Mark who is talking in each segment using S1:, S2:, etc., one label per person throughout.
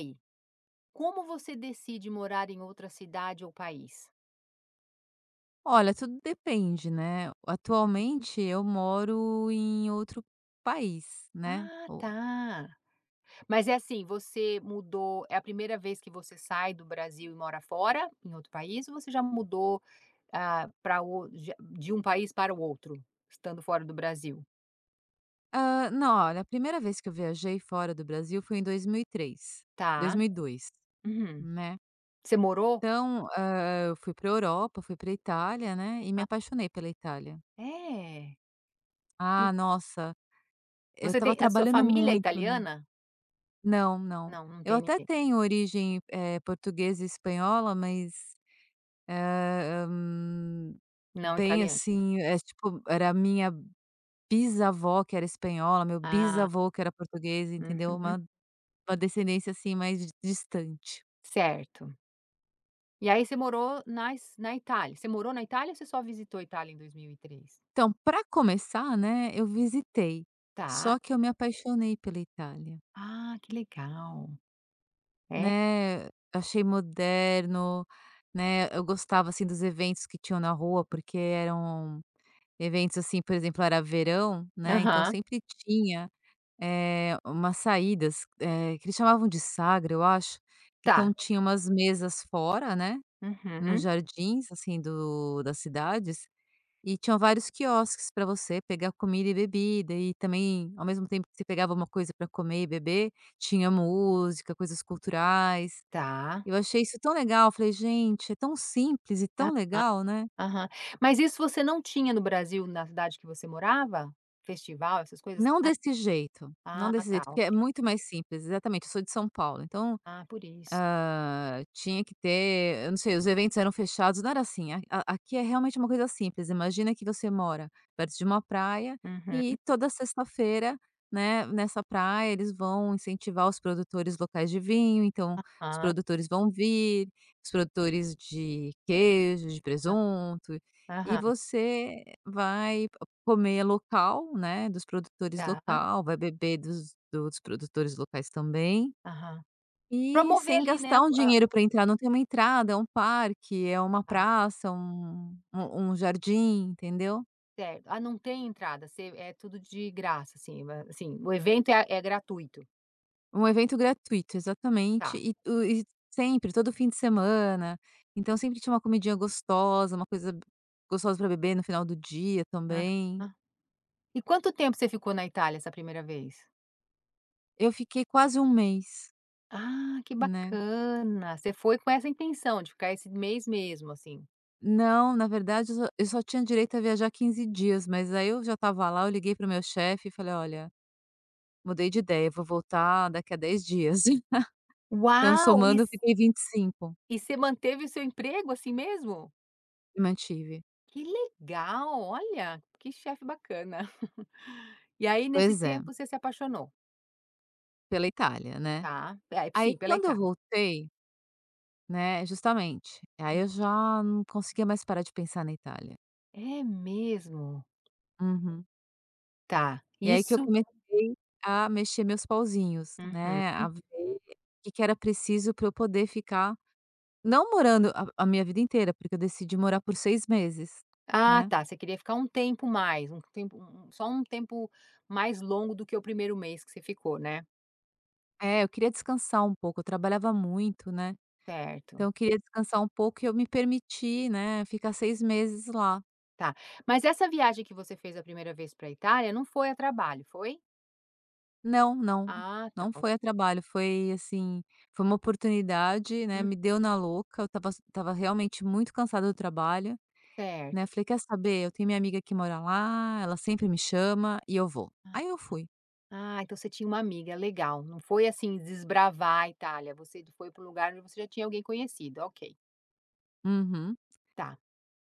S1: Aí, como você decide morar em outra cidade ou país?
S2: Olha, tudo depende, né. Atualmente eu moro em outro país, né.
S1: Ah,
S2: O
S1: tá. Mas é assim, você mudou é a primeira vez que você sai do Brasil e mora fora, em outro país, ou você já mudou, ah, pra o já de um país para o outro, estando fora do Brasil?
S2: não, olha, a primeira vez que eu viajei fora do Brasil foi em dois mil e três, dois
S1: Tá.
S2: mil e dois,
S1: Uhum.
S2: né.
S1: Você morou?
S2: Então, eu fui pra Europa, fui pra Itália, né, e me
S1: Ah,
S2: apaixonei pela Itália.
S1: é. E
S2: Ah, nossa, eu
S1: você
S2: estava
S1: tem a sua
S2: trabalhando
S1: família é
S2: muito, né.
S1: italiana?
S2: Não, não.
S1: Não, não
S2: Eu
S1: tem
S2: até
S1: ninguém.
S2: tenho origem, portuguesa e espanhola, mas Eh, hum,
S1: Não
S2: bem
S1: italiana.
S2: assim, é tipo, era a minha bisavó que era espanhola, meu
S1: Ah,
S2: bisavô que era português, entendeu?
S1: uhum.
S2: Uma descendência, assim, mais distante.
S1: Certo. E aí você morou nas na Itália. Você morou na Itália ou você só visitou a Itália em 2003?
S2: Então, para começar, né, eu visitei,
S1: Tá.
S2: só que eu me apaixonei pela Itália,
S1: Ah, que legal. É?
S2: né, achei moderno, né, eu gostava, assim, dos eventos que tinham na rua, porque eram eventos, assim, por exemplo, era verão, né, então
S1: Aham.
S2: sempre tinha umas saídas, que eles chamavam de sagra, eu acho, que então
S1: Tá.
S2: tinha umas mesas fora, né, nos
S1: Uhum.
S2: jardins, assim, do das cidades, e tinham vários quiosques para você pegar comida e bebida e também, ao mesmo tempo que você pegava uma coisa para comer e beber, tinha música, coisas culturais.
S1: Tá.
S2: Eu achei isso tão legal. Eu falei: "Gente, é tão simples e tão
S1: Aham,
S2: legal, né".
S1: aham. Mas isso você não tinha no Brasil, na cidade que você morava? Festival, essas coisas?
S2: Não
S1: Ah
S2: desse jeito, não
S1: ah,
S2: desse
S1: tá,
S2: jeito, porque é
S1: ok.
S2: muito mais simples, exatamente, eu sou de São Paulo, então.
S1: Ah, por isso.
S2: Ah, tinha que ter, eu não sei, os eventos eram fechados, não era assim, a aqui é realmente uma coisa simples, imagina que você mora perto de uma praia
S1: Uhum.
S2: e toda sexta-feira, né, nessa praia eles vão incentivar os produtores locais de vinho, então os
S1: Ah,
S2: produtores vão vir, os produtores de queijo, de
S1: tá.
S2: presunto, e
S1: Aham.
S2: você vai comer local, né, dos produtores
S1: Tá.
S2: local, vai beber dos produtores locais também.
S1: Aham.
S2: E
S1: Promover
S2: sem
S1: ali, né.
S2: gastar um
S1: a
S2: dinheiro para entrar, não tem uma entrada, é um parque, é uma
S1: ah,
S2: praça, um jardim, entendeu.
S1: certo. Ah, não tem entrada, você é tudo de graça, assim, assim, o evento é gratuito.
S2: Um evento gratuito, exatamente,
S1: Tá.
S2: e o e sempre, todo fim de semana, então sempre tinha uma comidinha gostosa, uma coisa gostosa para beber no final do dia
S1: Aham.
S2: também.
S1: E quanto tempo você ficou na Itália essa primeira vez?
S2: Eu fiquei quase um mês,
S1: Ah, que
S2: né.
S1: bacana. Você foi com essa intenção de ficar esse mês mesmo, assim?
S2: Não, na verdade eu só tinha direito a viajar 15 dias, mas aí eu já estava lá, eu liguei para o meu chefe e falei: "Olha, mudei de ideia, vou voltar daqui a 10 dias". Então
S1: Uau!
S2: somando eu fiquei 25
S1: E você manteve o seu emprego assim mesmo?
S2: e mantive.
S1: Que legal, olha, que chefe bacana. E aí nesse
S2: Pois é,
S1: tempo você se apaixonou,
S2: pela Itália, né.
S1: tá. É,
S2: Aí
S1: sim, pela
S2: quando eu
S1: Itália.
S2: voltei, né, justamente, aí eu já não conseguia mais parar de pensar na Itália.
S1: É mesmo?
S2: Uhum.
S1: Tá,
S2: E aí que eu
S1: isso.
S2: comecei a mexer meus pauzinhos, né,
S1: Uhum.
S2: a ver o que que era preciso pra eu poder ficar não morando a minha vida inteira, porque eu decidi morar por 6 meses,
S1: Ah,
S2: né.
S1: tá, você queria ficar um tempo mais, um tempo um só um tempo mais longo do que o primeiro mês que você ficou, né?
S2: É, eu queria descansar um pouco, eu trabalhava muito, né, então
S1: Certo,
S2: eu queria descansar um pouco e eu me permiti, né, ficar 6 meses lá.
S1: tá. Mas essa viagem que você fez a primeira vez para a Itália não foi a trabalho, foi?
S2: Não, não.
S1: Ah, tá,
S2: Não
S1: ok.
S2: foi a trabalho, foi assim, foi uma oportunidade, né,
S1: Hum,
S2: me deu na louca, eu tava estava realmente muito cansada do trabalho, né,
S1: certo.
S2: falei: "Quer saber? Eu tenho minha amiga que mora lá, ela sempre me chama e eu vou". Aí eu fui.
S1: Ah, ah, então você tinha uma amiga, legal. Não foi, assim, desbravar a Itália, você foi para um lugar onde você já tinha alguém conhecido, ok,
S2: Uhum.
S1: tá.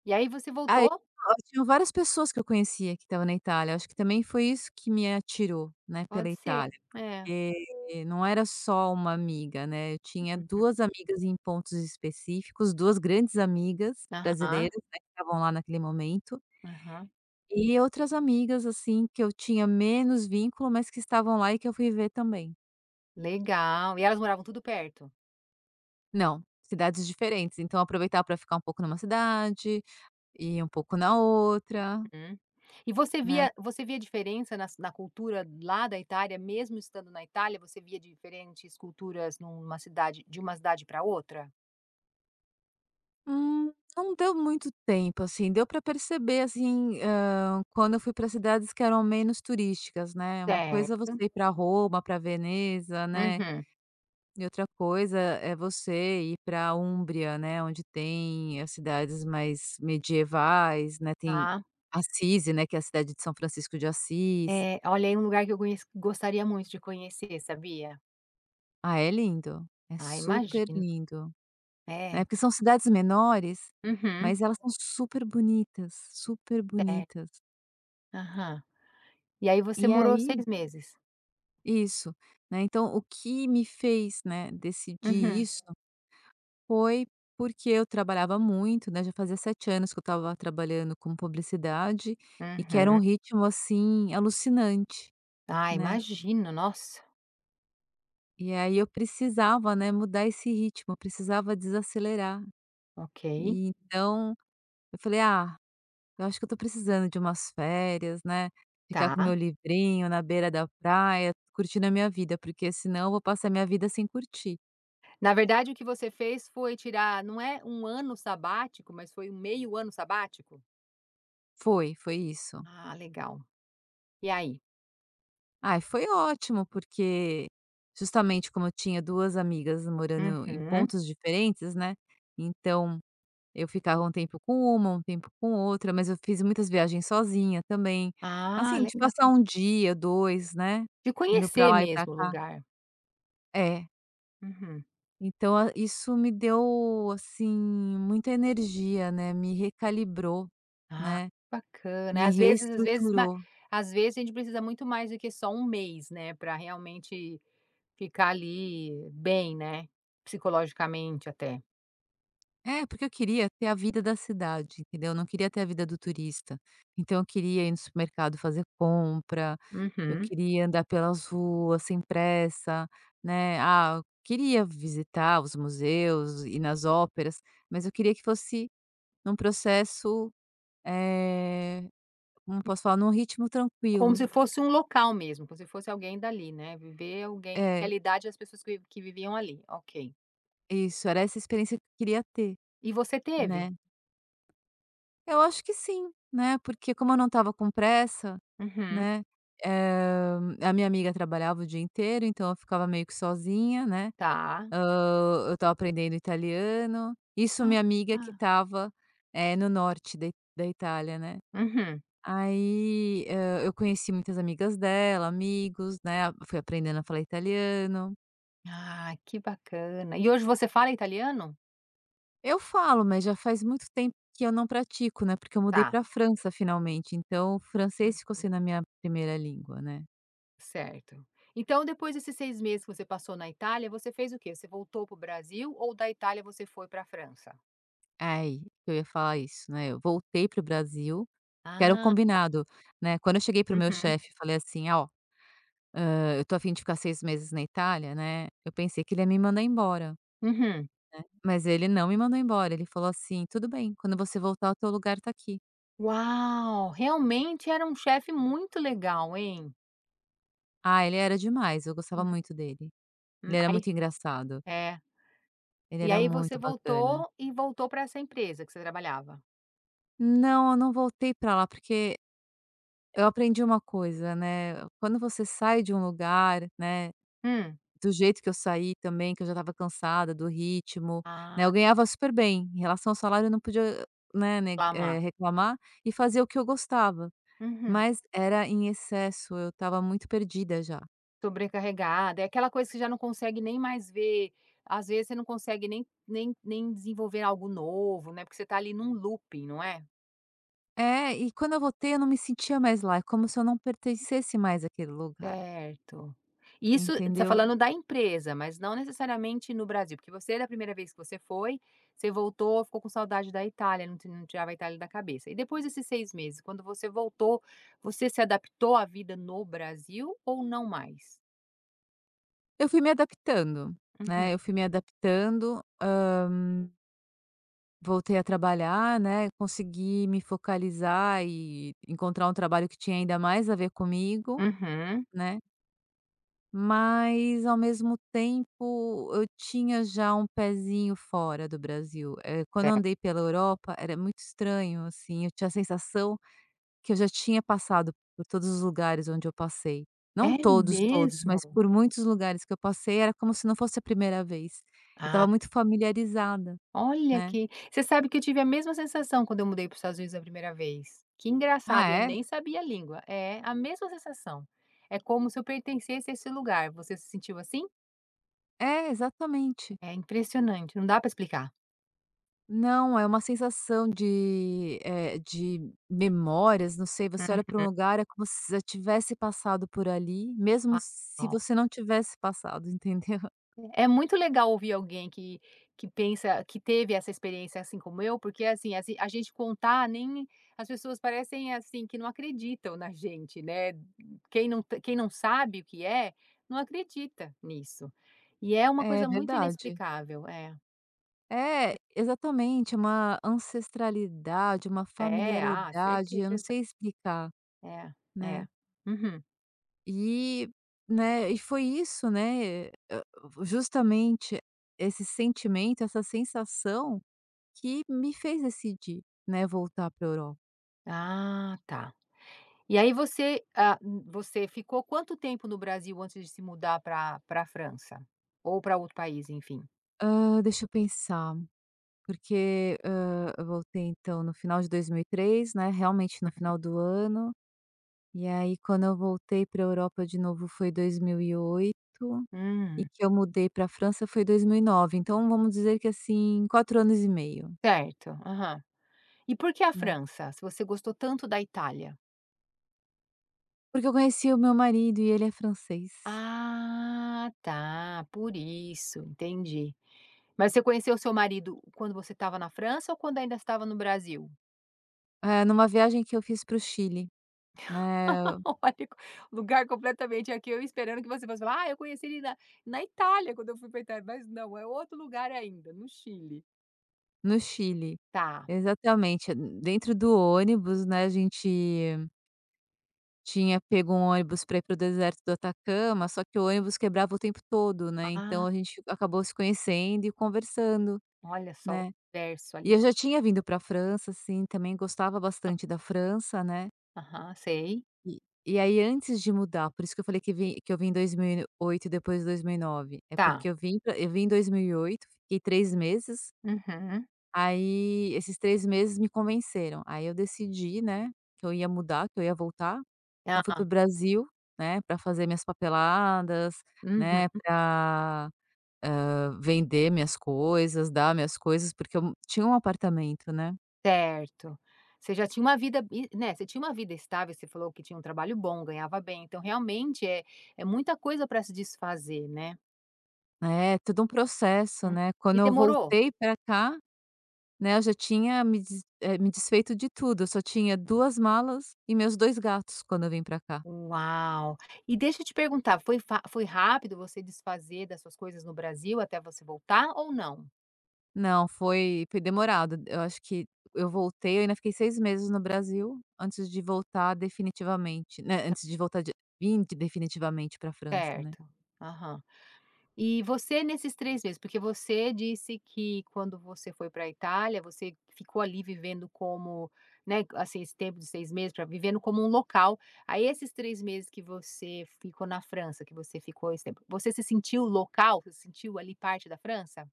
S1: E aí você
S2: Aí,
S1: voltou?
S2: ó, tinham várias pessoas que eu conhecia que estavam na Itália, acho que também foi isso que me atirou, né, pela
S1: Pode ser,
S2: Itália.
S1: é.
S2: Porque não era só uma amiga, né, eu tinha 2 amigas em pontos específicos, 2 grandes amigas
S1: Aham,
S2: brasileiras, né, que estavam lá naquele momento,
S1: aham.
S2: e outras amigas, assim, que eu tinha menos vínculo, mas que estavam lá e que eu fui ver também.
S1: Legal. E elas moravam tudo perto?
S2: Não, cidades diferentes, então aproveitar para ficar um pouco numa cidade, e um pouco na outra,
S1: Hum. E você
S2: né.
S1: via diferença nas na cultura lá da Itália, mesmo estando na Itália, você via diferentes culturas numa cidade de uma cidade para outra?
S2: Não deu muito tempo, assim, deu para perceber, assim, quando eu fui para cidades que eram menos turísticas, né, é uma coisa é
S1: Certo.
S2: você ir para Roma, para Veneza, né,
S1: Uhum.
S2: e outra coisa é você ir para Úmbria, né, onde tem as cidades mais medievais, né, tem
S1: Ah,
S2: Assis, né, que é a cidade de São Francisco de Assis.
S1: olha, é um lugar que eu conheço, gostaria muito de conhecer, sabia?
S2: Ah, é lindo, é
S1: Ah,
S2: super
S1: imagino.
S2: lindo,
S1: É.
S2: né, porque são cidades menores,
S1: Uhum.
S2: mas elas são super bonitas, super
S1: Certo.
S2: bonitas.
S1: Aham. E aí você
S2: E
S1: morou
S2: aí
S1: seis meses?
S2: Isso, né, então o que me fez, né, decidir
S1: Uhum,
S2: isso foi porque eu trabalhava muito, né, já fazia 7 anos que eu estava trabalhando com publicidade e que era um
S1: uhum.
S2: ritmo, assim, alucinante,
S1: Ah,
S2: né.
S1: imagino, nossa.
S2: E aí eu precisava, né, mudar esse ritmo, eu precisava desacelerar.
S1: Ok,
S2: E então eu falei: "Ah, eu acho que eu estou precisando de umas férias, né, ficar com
S1: tá.
S2: meu livrinho na beira da praia, curtindo a minha vida, porque senão eu vou passar a minha vida sem curtir".
S1: Na verdade, o que você fez foi tirar, não é um ano sabático, mas foi um meio ano sabático?
S2: Foi, foi isso.
S1: Ah, legal. E aí?
S2: Ai, foi ótimo, porque justamente como eu tinha 2 amigas morando em
S1: Uhum.
S2: pontos diferentes, né, então eu ficava um tempo com uma, um tempo com outra, mas eu fiz muitas viagens sozinha também,
S1: Ah,
S2: assim, de
S1: legal.
S2: passar um dia, 2 né,
S1: De
S2: indo pra
S1: conhecer
S2: lá e pra
S1: mesmo o
S2: cá.
S1: lugar.
S2: É,
S1: Uhum.
S2: então a isso me deu, assim, muita energia, né, me recalibrou,
S1: Ah,
S2: né,
S1: bacana.
S2: me reestruturou.
S1: Às vezes a gente precisa muito mais do que só um mês, né, para realmente ficar ali bem, né, psicologicamente até.
S2: É, porque eu queria ter a vida da cidade, entendeu? Eu não queria ter a vida do turista. Então eu queria ir no supermercado fazer compra, eu
S1: Uhum.
S2: queria andar pelas ruas sem pressa, né? Ah, eu queria visitar os museus, e nas óperas, mas eu queria que fosse num processo, eh, como eu posso falar? Num ritmo
S1: Como
S2: tranquilo.
S1: se fosse um local mesmo, como se fosse alguém dali, né, viver alguém a
S2: É,
S1: realidade das pessoas que viviam ali, ok.
S2: isso, era essa experiência que eu queria ter,
S1: E você
S2: né?
S1: teve?
S2: Eu acho que sim, né, porque como eu não estava com pressa,
S1: Uhum,
S2: né, eh, a minha amiga trabalhava o dia inteiro, então eu ficava meio que sozinha, né,
S1: tá.
S2: eu estava aprendendo italiano, isso
S1: Ah,
S2: minha amiga que
S1: ah.
S2: estava, no norte da da Itália, né.
S1: Uhum.
S2: Aí, eu conheci muitas amigas dela, amigos, né, fui aprendendo a falar italiano.
S1: Ah, que bacana. E hoje você fala italiano?
S2: Eu falo, mas já faz muito tempo que eu não pratico, né, porque eu mudei
S1: Tá,
S2: para a França finalmente, então o
S1: hum,
S2: francês ficou sendo a minha primeira língua, né.
S1: certo. Então depois desses 6 meses que você passou na Itália, você fez o quê? Você voltou para o Brasil ou da Itália você foi para a França?
S2: Ai, eu ia falar isso, né, eu voltei pro Brasil, que era o
S1: Ah, tá.
S2: combinado, né, quando eu cheguei pro meu
S1: Uhum,
S2: chefe falei assim: "Ó, eu tô a fim de ficar 6 meses na Itália, né", eu pensei que ele ia me mandar embora,
S1: uhum.
S2: mas ele não me mandou embora, ele falou assim: "Tudo bem, quando você voltar o teu lugar tá aqui".
S1: Uau, realmente era um chefe muito legal, hein.
S2: Ah, ele era demais, eu gostava
S1: Uhum.
S2: muito dele, ele era muito
S1: Aí
S2: engraçado,
S1: é.
S2: ele
S1: E
S2: era
S1: aí você
S2: muito bacana.
S1: voltou e voltou para essa empresa que você trabalhava?
S2: Não, eu não voltei pra lá, porque eu aprendi uma coisa, né, quando você sai de um lugar, né.
S1: Hum.
S2: Do jeito que eu saí também, que eu já estava cansada do ritmo, né,
S1: Ah,
S2: eu ganhava super bem, em relação ao salário eu não podia, né,
S1: Lamar.
S2: reclamar e fazer o que eu gostava,
S1: Uhum.
S2: mas era em excesso, eu estava muito perdida já.
S1: Sobrecarregada, é aquela coisa que você já não consegue nem mais ver, às vezes você não consegue nem desenvolver algo novo, né, porque você tá ali num looping, não é?
S2: É, e quando eu voltei eu não me sentia mais lá, é como se eu não pertencesse mais àquele lugar,
S1: Certo. Isso você está
S2: entendeu.
S1: falando da empresa, mas não necessariamente no Brasil, porque você, da primeira vez que você foi, você voltou, ficou com saudade da Itália, não tirava a Itália da cabeça. E depois desses 6 meses, quando você voltou, você se adaptou à vida no Brasil ou não mais?
S2: Eu fui me adaptando,
S1: Uhum,
S2: né, eu fui me adaptando, voltei a trabalhar, né, consegui me focalizar e encontrar um trabalho que tinha ainda mais a ver comigo.
S1: uhum.
S2: Né, mas ao mesmo tempo eu tinha já um pezinho fora do Brasil, quando eu
S1: Certo.
S2: andei pela Europa era muito estranho, assim, eu tinha a sensação que eu já tinha passado por todos os lugares onde eu passei. Não
S1: É
S2: todos, todos,
S1: mesmo?
S2: mas por muitos lugares que eu passei era como se não fosse a primeira vez. Eu
S1: Ah
S2: estava muito familiarizada,
S1: Olha,
S2: né.
S1: que você sabe que eu tive a mesma sensação quando eu mudei para os Estados Unidos a primeira vez. Que
S2: Ah
S1: engraçado, eu
S2: é?
S1: nem sabia a língua. É a mesma sensação. É como se eu pertencesse a esse lugar. Você se sentiu assim?
S2: É, exatamente.
S1: É impressionante, não dá para explicar.
S2: Não, é uma sensação de memórias, não sei, você olha
S1: Uhum.
S2: para um lugar, é como se já tivesse passado por ali, mesmo se
S1: Uau!
S2: você não tivesse passado, entendeu?
S1: É muito legal ouvir alguém que pensa que teve essa experiência assim como eu, porque assim, a gente contar, nem as pessoas parecem, assim, que não acreditam na gente, né. Quem não sabe o que é, não acredita nisso. E é uma
S2: É
S1: coisa muito
S2: verdade.
S1: inexplicável. É.
S2: É, exatamente, uma ancestralidade, uma
S1: É, ah,
S2: familiaridade, eu não
S1: certeza.
S2: sei explicar,
S1: É,
S2: né.
S1: é. Uhum.
S2: E, foi isso, né, justamente esse sentimento, essa sensação que me fez decidir, né, voltar para a Europa.
S1: Ah, tá. E aí você, ah, você ficou quanto tempo no Brasil antes de se mudar para França? Ou para outro país, enfim?
S2: Deixa eu pensar, porque, eu voltei então no final de 2003, né, realmente no final do ano, e aí quando eu voltei para a Europa de novo foi 2008, e oito. E
S1: Hum.
S2: que eu mudei para a França foi 2009, então vamos dizer que assim, 4 anos e meio,
S1: Certo, aham. E por que a
S2: né.
S1: França, se você gostou tanto da Itália?
S2: Porque eu conheci o meu marido e ele é francês,
S1: Ah, tá, por isso, entendi. Mas você conheceu seu marido quando você estava na França ou quando ainda estava no Brasil?
S2: Ah, numa viagem que eu fiz para o Chile, né,
S1: Olha, lugar completamente aqui, eu esperando que você fosse falar: "Ah, eu conheci ele na Itália, quando eu fui pra Itália", mas não, é outro lugar ainda, no Chile.
S2: no Chile.
S1: Tá.
S2: Exatamente, dentro do ônibus, né, a gente tinha pego um ônibus para ir para o deserto do Atacama, só que o ônibus quebrava o tempo todo, né, então
S1: Ah,
S2: a gente acabou se conhecendo e conversando,
S1: olha só o
S2: né.
S1: universo
S2: E
S1: ali.
S2: eu já tinha vindo para a França, assim, também gostava bastante da França, né,
S1: Aham, sei.
S2: e aí antes de mudar, por isso que eu falei que vim que eu vim em 2008 e depois 2009, é
S1: Tá.
S2: porque eu vim em 2008, fiquei 3 meses,
S1: Uhum.
S2: aí esses 3 meses me convenceram, aí eu decidi, né, que eu ia mudar, que eu ia voltar. Então fui para
S1: Ah,
S2: o Brasil, né, para fazer minhas papeladas,
S1: uhum.
S2: né, para vender minhas coisas, dar minhas coisas, porque eu tinha um apartamento, né.
S1: Certo. Você já tinha uma vida e, né, você tinha uma vida estável, você falou que tinha um trabalho bom, ganhava bem, então realmente é muita coisa para se desfazer, né.
S2: É, todo um processo,
S1: Uhum.
S2: né.
S1: E
S2: Quando eu
S1: demorou?
S2: voltei para cá, né, eu já tinha me desfeito de tudo, eu só tinha 2 malas e meus 2 gatos quando eu vim para cá.
S1: Uau! E deixa eu te perguntar, foi rápido você desfazer das suas coisas no Brasil até você voltar ou não?
S2: Não, foi demorado, eu acho que eu voltei, eu ainda fiquei 6 meses no Brasil antes de voltar definitivamente, né,
S1: Tá,
S2: antes de voltar definitivamente pra França, né.
S1: certo. Aham. E você, nesses 3 meses, porque você disse que quando você foi para a Itália, você ficou ali vivendo como, né, assim, esse tempo de 6 meses pra vivendo como um local. Aí esses 3 meses que você ficou na França, que você ficou esse tempo, você se sentiu local? Você se sentiu ali parte da França?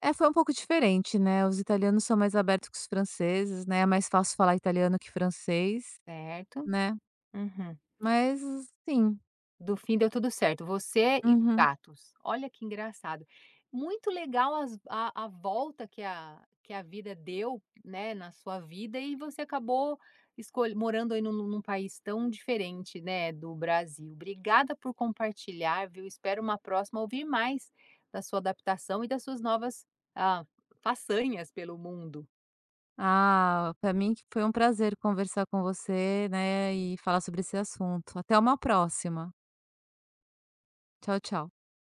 S2: É, foi um pouco diferente, né, os italianos são mais abertos que os franceses, né, é mais fácil falar italiano que francês,
S1: Certo.
S2: né,
S1: Uhum.
S2: mas sim.
S1: Do fim deu tudo certo, você e os
S2: Uhum.
S1: gatos. Olha que engraçado. Muito legal as a volta que a vida deu, né, na sua vida, e você acabou escolhe morando aí num país tão diferente, né, do Brasil. Obrigada por compartilhar, viu. Espero, uma próxima, ouvir mais da sua adaptação e das suas novas, ah, façanhas pelo mundo.
S2: Ah, para mim que foi um prazer conversar com você, né, e falar sobre esse assunto. Até uma próxima. Tchau, tchau.